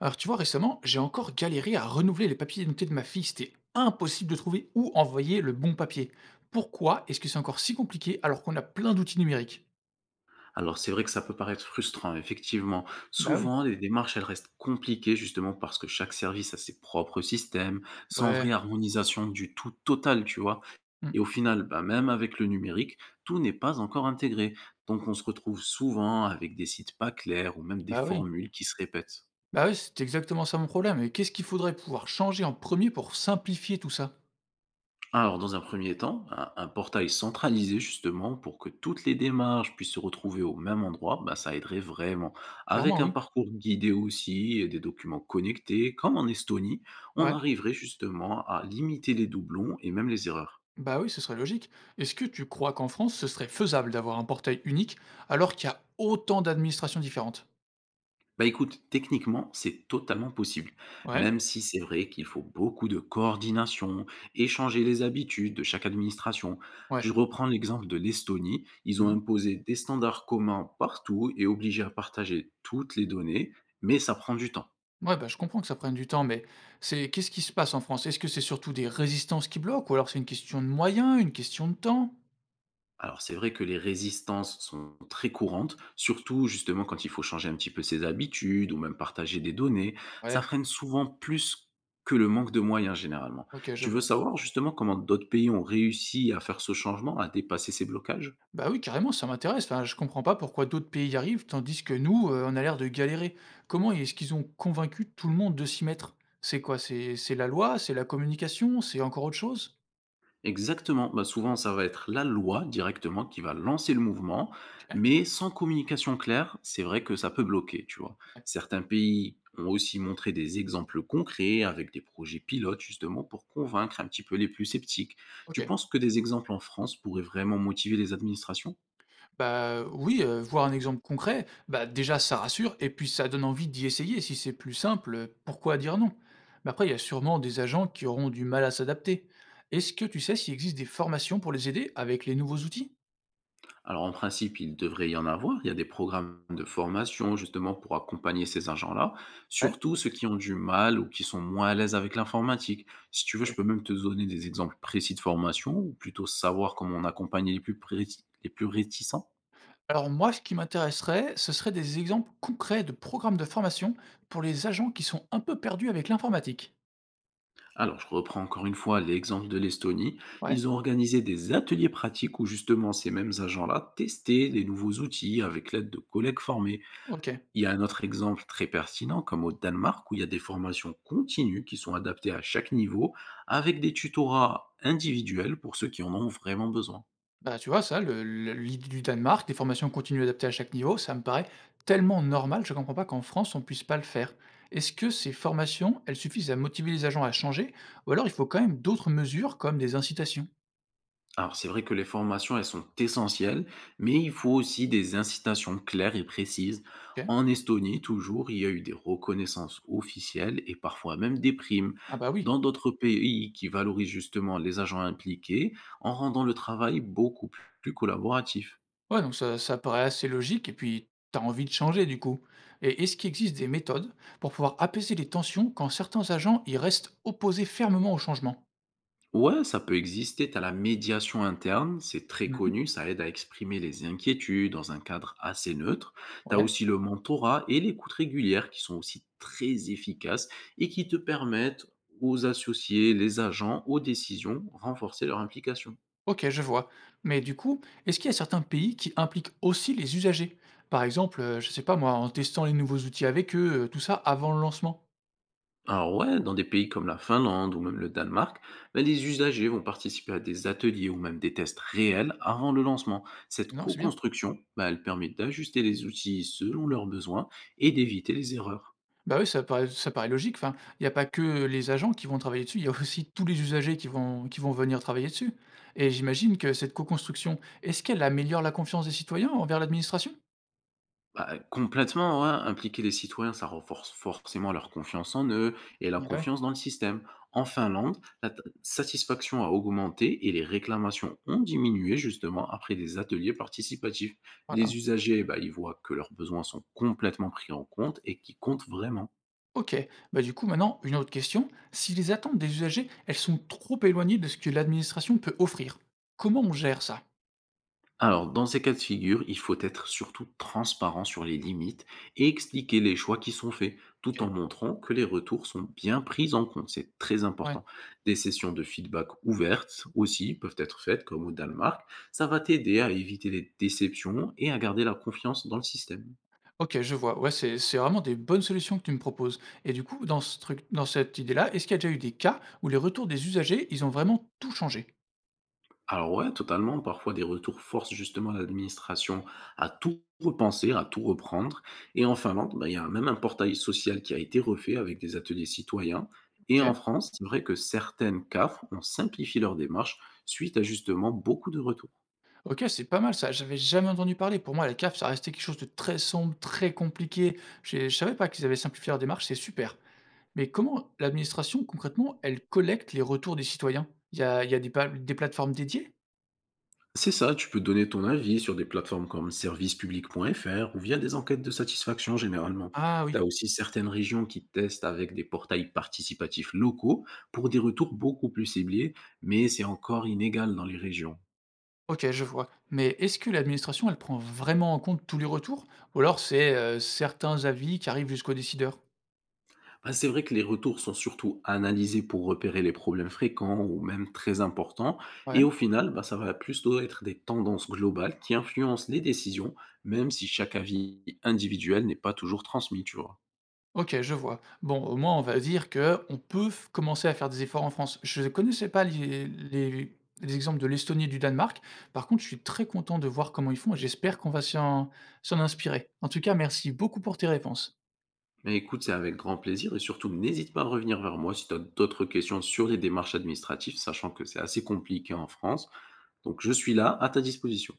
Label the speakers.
Speaker 1: Alors tu vois, récemment, j'ai encore galéré à renouveler les papiers d'identité de ma fille. C'était impossible de trouver où envoyer le bon papier. Pourquoi est-ce que c'est encore si compliqué alors qu'on a plein d'outils numériques?
Speaker 2: Alors c'est vrai que ça peut paraître frustrant, effectivement.
Speaker 1: Bah oui.
Speaker 2: Souvent, les démarches, elles restent compliquées justement parce que chaque service a ses propres systèmes, sans
Speaker 1: Ouais.
Speaker 2: vraie harmonisation du tout total, tu vois.
Speaker 1: Hmm.
Speaker 2: Et au final, bah, même avec le numérique, tout n'est pas encore intégré. Donc on se retrouve souvent avec des sites pas clairs ou même des
Speaker 1: Bah oui.
Speaker 2: formules qui se répètent.
Speaker 1: Bah oui, c'est exactement ça mon problème. Et qu'est-ce qu'il faudrait pouvoir changer en premier pour simplifier tout ça?
Speaker 2: Alors, dans un premier temps, un portail centralisé justement pour que toutes les démarches puissent se retrouver au même endroit, bah, ça aiderait vraiment. Avec
Speaker 1: Clairement,
Speaker 2: un
Speaker 1: oui.
Speaker 2: parcours guidé aussi et des documents connectés, comme en Estonie, on
Speaker 1: Ouais.
Speaker 2: arriverait justement à limiter les doublons et même les erreurs.
Speaker 1: Bah oui, ce serait logique. Est-ce que tu crois qu'en France, ce serait faisable d'avoir un portail unique alors qu'il y a autant d'administrations différentes?
Speaker 2: Bah, écoute, techniquement, c'est totalement possible,
Speaker 1: Ouais.
Speaker 2: même si c'est vrai qu'il faut beaucoup de coordination, échanger les habitudes de chaque administration.
Speaker 1: Ouais.
Speaker 2: Je reprends l'exemple de l'Estonie, ils ont imposé des standards communs partout et obligé à partager toutes les données, mais ça prend du temps.
Speaker 1: Ouais, bah, je comprends que ça prenne du temps, mais c'est qu'est-ce qui se passe en France? Est-ce que c'est surtout des résistances qui bloquent ou alors c'est une question de moyens, une question de temps?
Speaker 2: Alors c'est vrai que les résistances sont très courantes, surtout justement quand il faut changer un petit peu ses habitudes ou même partager des données. Ça
Speaker 1: Ouais,
Speaker 2: freine souvent plus que le manque de moyens généralement.
Speaker 1: OK, je
Speaker 2: Tu veux
Speaker 1: vois.
Speaker 2: savoir justement comment d'autres pays ont réussi à faire ce changement, à dépasser ces blocages?
Speaker 1: Bah, oui, carrément, ça m'intéresse. Enfin, je comprends pas pourquoi d'autres pays y arrivent tandis que nous, on a l'air de galérer. Comment est-ce qu'ils ont convaincu tout le monde de s'y mettre? C'est quoi? C'est la loi? C'est la communication? C'est encore autre chose?
Speaker 2: Exactement. Bah, souvent, ça va être la loi directement qui va lancer le mouvement,
Speaker 1: OK,
Speaker 2: mais sans communication claire, c'est vrai que ça peut bloquer, tu vois.
Speaker 1: ouais,
Speaker 2: Certains pays ont aussi montré des exemples concrets avec des projets pilotes justement pour convaincre un petit peu les plus sceptiques. Tu
Speaker 1: OK.
Speaker 2: penses que des exemples en France pourraient vraiment motiver les administrations?
Speaker 1: Bah, oui, voir un exemple concret, bah, déjà ça rassure et puis ça donne envie d'y essayer. Si c'est plus simple, pourquoi dire non? Mais après, il y a sûrement des agents qui auront du mal à s'adapter. Est-ce que tu sais s'il existe des formations pour les aider avec les nouveaux outils?
Speaker 2: Alors en principe, il devrait y en avoir. Il y a des programmes de formation justement pour accompagner ces agents-là,
Speaker 1: Ouais,
Speaker 2: surtout ceux qui ont du mal ou qui sont moins à l'aise avec l'informatique. Si tu veux, je
Speaker 1: OK.
Speaker 2: peux même te donner des exemples précis de formation ou plutôt savoir comment on accompagne les plus, les plus réticents.
Speaker 1: Alors moi, ce qui m'intéresserait, ce serait des exemples concrets de programmes de formation pour les agents qui sont un peu perdus avec l'informatique.
Speaker 2: Alors, je reprends encore une fois l'exemple de l'Estonie.
Speaker 1: Ouais.
Speaker 2: Ils ont organisé des ateliers pratiques où justement ces mêmes agents-là testaient les nouveaux outils avec l'aide de collègues formés.
Speaker 1: OK.
Speaker 2: Il y a un autre exemple très pertinent, comme au Danemark, où il y a des formations continues qui sont adaptées à chaque niveau, avec des tutorats individuels pour ceux qui en ont vraiment besoin.
Speaker 1: Bah, tu vois, ça, le l'idée du Danemark, des formations continues adaptées à chaque niveau, ça me paraît tellement normal, je ne comprends pas qu'en France, on puisse pas le faire. Est-ce que ces formations, elles suffisent à motiver les agents à changer ou alors il faut quand même d'autres mesures comme des incitations?
Speaker 2: Alors c'est vrai que les formations, elles sont essentielles, mais il faut aussi des incitations claires et précises.
Speaker 1: OK.
Speaker 2: En Estonie, toujours, il y a eu des reconnaissances officielles et parfois même des primes.
Speaker 1: Ah bah oui.
Speaker 2: Dans d'autres pays qui valorisent justement les agents impliqués, en rendant le travail beaucoup plus collaboratif.
Speaker 1: Ouais, donc ça paraît assez logique et puis t'as envie de changer du coup. Et est-ce qu'il existe des méthodes pour pouvoir apaiser les tensions quand certains agents, ils restent opposés fermement au changement?
Speaker 2: Ouais, ça peut exister. Tu as la médiation interne, c'est très
Speaker 1: Mmh.
Speaker 2: connu, ça aide à exprimer les inquiétudes dans un cadre assez neutre. Tu as
Speaker 1: Ouais.
Speaker 2: aussi le mentorat et l'écoute régulière qui sont aussi très efficaces et qui te permettent aux associés, les agents, aux décisions, renforcer leur implication.
Speaker 1: Ok, je vois. Mais du coup, est-ce qu'il y a certains pays qui impliquent aussi les usagers? Par exemple, je sais pas moi, en testant les nouveaux outils avec eux, tout ça avant le lancement.
Speaker 2: Alors ouais, dans des pays comme la Finlande ou même le Danemark, ben, les usagers vont participer à des ateliers ou même des tests réels avant le lancement. Cette
Speaker 1: Non, c'est bien.
Speaker 2: co-construction, ben, elle permet d'ajuster les outils selon leurs besoins et d'éviter les erreurs.
Speaker 1: Bah oui, ça paraît logique. Enfin, il n'y a pas que les agents qui vont travailler dessus, il y a aussi tous les usagers qui vont venir travailler dessus. Et j'imagine que cette co-construction, est-ce qu'elle améliore la confiance des citoyens envers l'administration?
Speaker 2: Bah, complètement, ouais. Impliquer les citoyens, ça renforce forcément leur confiance en eux et la
Speaker 1: Ah ouais,
Speaker 2: confiance dans le système. En Finlande, satisfaction a augmenté et les réclamations ont diminué justement après des ateliers participatifs.
Speaker 1: voilà.
Speaker 2: Les usagers, bah, ils voient que leurs besoins sont complètement pris en compte et qui comptent vraiment.
Speaker 1: Ok. Bah du coup, maintenant, une autre question. Si les attentes des usagers, elles sont trop éloignées de ce que l'administration peut offrir, comment on gère ça?
Speaker 2: Alors, dans ces cas de figure, il faut être surtout transparent sur les limites et expliquer les choix qui sont faits, tout en
Speaker 1: OK.
Speaker 2: montrant que les retours sont bien pris en compte. C'est très
Speaker 1: Ouais.
Speaker 2: important. Des sessions de feedback ouvertes aussi peuvent être faites, comme au Danemark. Ça va t'aider à éviter les déceptions et à garder la confiance dans le système.
Speaker 1: OK, je vois. Ouais, c'est vraiment des bonnes solutions que tu me proposes et du coup, dans ce truc dans cette idée-là, est-ce qu'il y a déjà eu des cas où les retours des usagers, ils ont vraiment tout changé?
Speaker 2: Alors ouais, totalement. Parfois, des retours forcent justement l'administration à tout repenser, à tout reprendre. Et en Finlande, bah, il y a même un portail social qui a été refait avec des ateliers citoyens. Et en
Speaker 1: OK.
Speaker 2: France, c'est vrai que certaines CAF ont simplifié leur démarche suite à justement beaucoup de retours.
Speaker 1: OK, c'est pas mal ça, j'avais jamais entendu parler. Pour moi, la CAF, ça restait quelque chose de très sombre, très compliqué. J'ai je savais pas qu'ils avaient simplifié leur démarche, c'est super. Mais comment l'administration, concrètement, elle collecte les retours des citoyens? Il y a des plateformes dédiées?
Speaker 2: C'est ça, tu peux donner ton avis sur des plateformes comme servicepublic.fr ou via des enquêtes de satisfaction généralement.
Speaker 1: Ah
Speaker 2: Tu
Speaker 1: oui.
Speaker 2: as aussi certaines régions qui testent avec des portails participatifs locaux pour des retours beaucoup plus ciblés, mais c'est encore inégal dans les régions.
Speaker 1: OK, je vois. Mais est-ce que l'administration, elle prend vraiment en compte tous les retours? Ou alors c'est, certains avis qui arrivent jusqu'aux décideurs?
Speaker 2: Bah, c'est vrai que les retours sont surtout analysés pour repérer les problèmes fréquents ou même très importants, et
Speaker 1: Ouais.
Speaker 2: au final, bah, ça va plutôt être des tendances globales qui influencent les décisions, même si chaque avis individuel n'est pas toujours transmis, tu vois.
Speaker 1: OK, je vois. Bon, au moins, on va dire que on peut f commencer à faire des efforts en France. Je ne connaissais pas les exemples de l'Estonie et du Danemark. Par contre, je suis très content de voir comment ils font et j'espère qu'on va s'en inspirer. En tout cas, merci beaucoup pour tes réponses.
Speaker 2: Bah, écoute, c'est avec grand plaisir et surtout n'hésite pas à revenir vers moi si tu as d'autres questions sur les démarches administratives, sachant que c'est assez compliqué en France. Donc je suis là à ta disposition.